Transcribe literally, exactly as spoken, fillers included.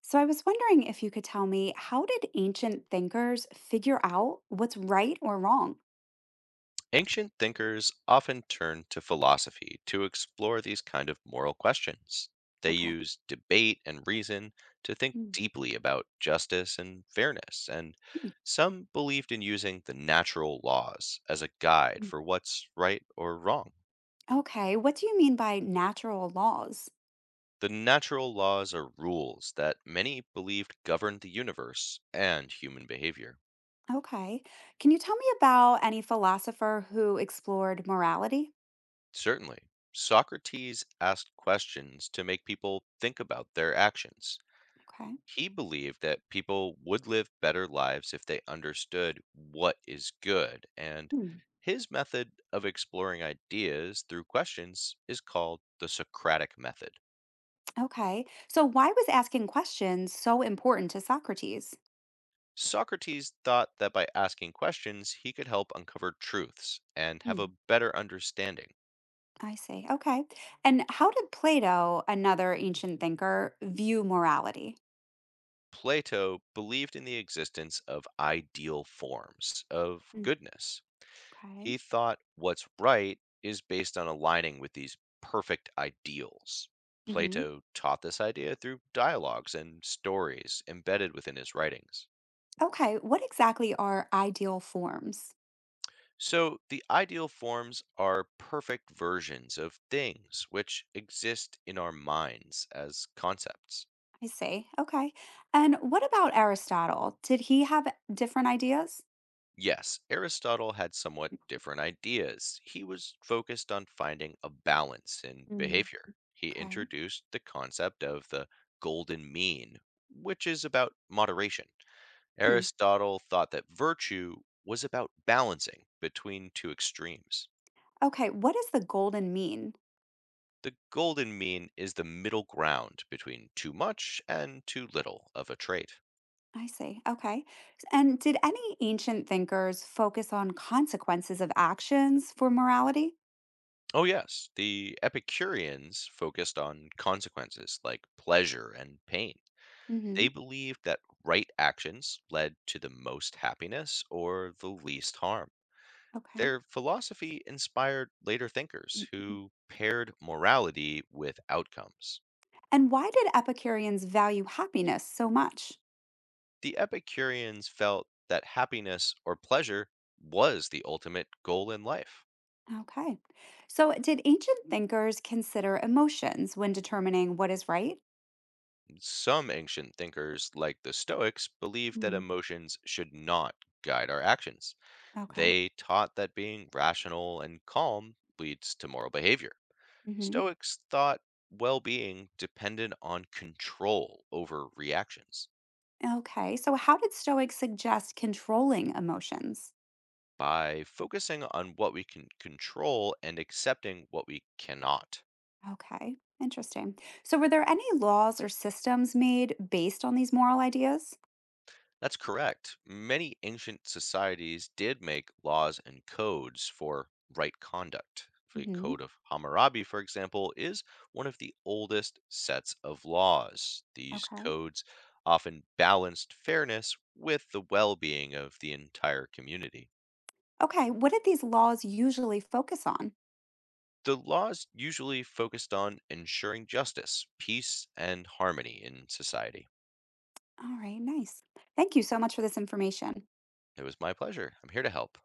So I was wondering if you could tell me how did ancient thinkers figure out what's right or wrong? Ancient thinkers often turned to philosophy to explore these kind of moral questions. They Okay. used debate and reason to think Mm, deeply about justice and fairness, and mm, some believed in using the natural laws as a guide mm. for what's right or wrong. Okay. What do you mean by natural laws? The natural laws are rules that many believed governed the universe and human behavior. Okay. Can you tell me about any philosopher who explored morality? Certainly, Socrates asked questions to make people think about their actions. Okay. He believed that people would live better lives if they understood what is good, and Mm, his method of exploring ideas through questions is called the Socratic method. okay. So why was asking questions so important to Socrates? Socrates thought that by asking questions, he could help uncover truths and have a Mm, better understanding. I see. Okay. And how did Plato, another ancient thinker, view morality? Plato believed in the existence of ideal forms of Mm, goodness. okay. He thought what's right is based on aligning with these perfect ideals. Mm-hmm. Plato taught this idea through dialogues and stories embedded within his writings. Okay, what exactly are ideal forms? So, the ideal forms are perfect versions of things which exist in our minds as concepts. I see. Okay. And what about Aristotle? Did he have different ideas? Yes, Aristotle had somewhat different ideas. He was focused on finding a balance in Mm, behavior. He okay. introduced the concept of the golden mean, which is about moderation. Hmm. Aristotle thought that virtue was about balancing between two extremes. Okay, what does the golden mean? The golden mean is the middle ground between too much and too little of a trait. I see. Okay. S- And did any ancient thinkers focus on consequences of actions for morality? Oh, yes, the Epicureans focused on consequences like pleasure and pain. They Hmm. believed that right actions led to the most happiness or the least harm. Okay. Their philosophy inspired later thinkers Mhm. who paired morality with outcomes. And why did Epicureans value happiness so much? The Epicureans felt that happiness or pleasure was the ultimate goal in life. Okay. So, did ancient thinkers consider emotions when determining what is right? Some ancient thinkers, like the Stoics, believed that emotions should not guide our actions. Okay. They taught that being rational and calm leads to moral behavior. Hmm. Stoics thought well being depended on control over reactions Okay. So, how did Stoics suggest controlling emotions? by focusing on what we can control and accepting what we cannot. Okay. Interesting. So, were there any laws or systems made based on these moral ideas? That's correct. Many ancient societies did make laws and codes for right conduct. The Hmm. Code of Hammurabi, for example, is one of the oldest sets of laws. These Okay. codes often balanced fairness with the well being of the entire community. Okay. What did these laws usually focus on? The laws usually focused on ensuring justice, peace, and harmony in society. All right. Nice. Thank you so much for this information. It was my pleasure. I'm here to help.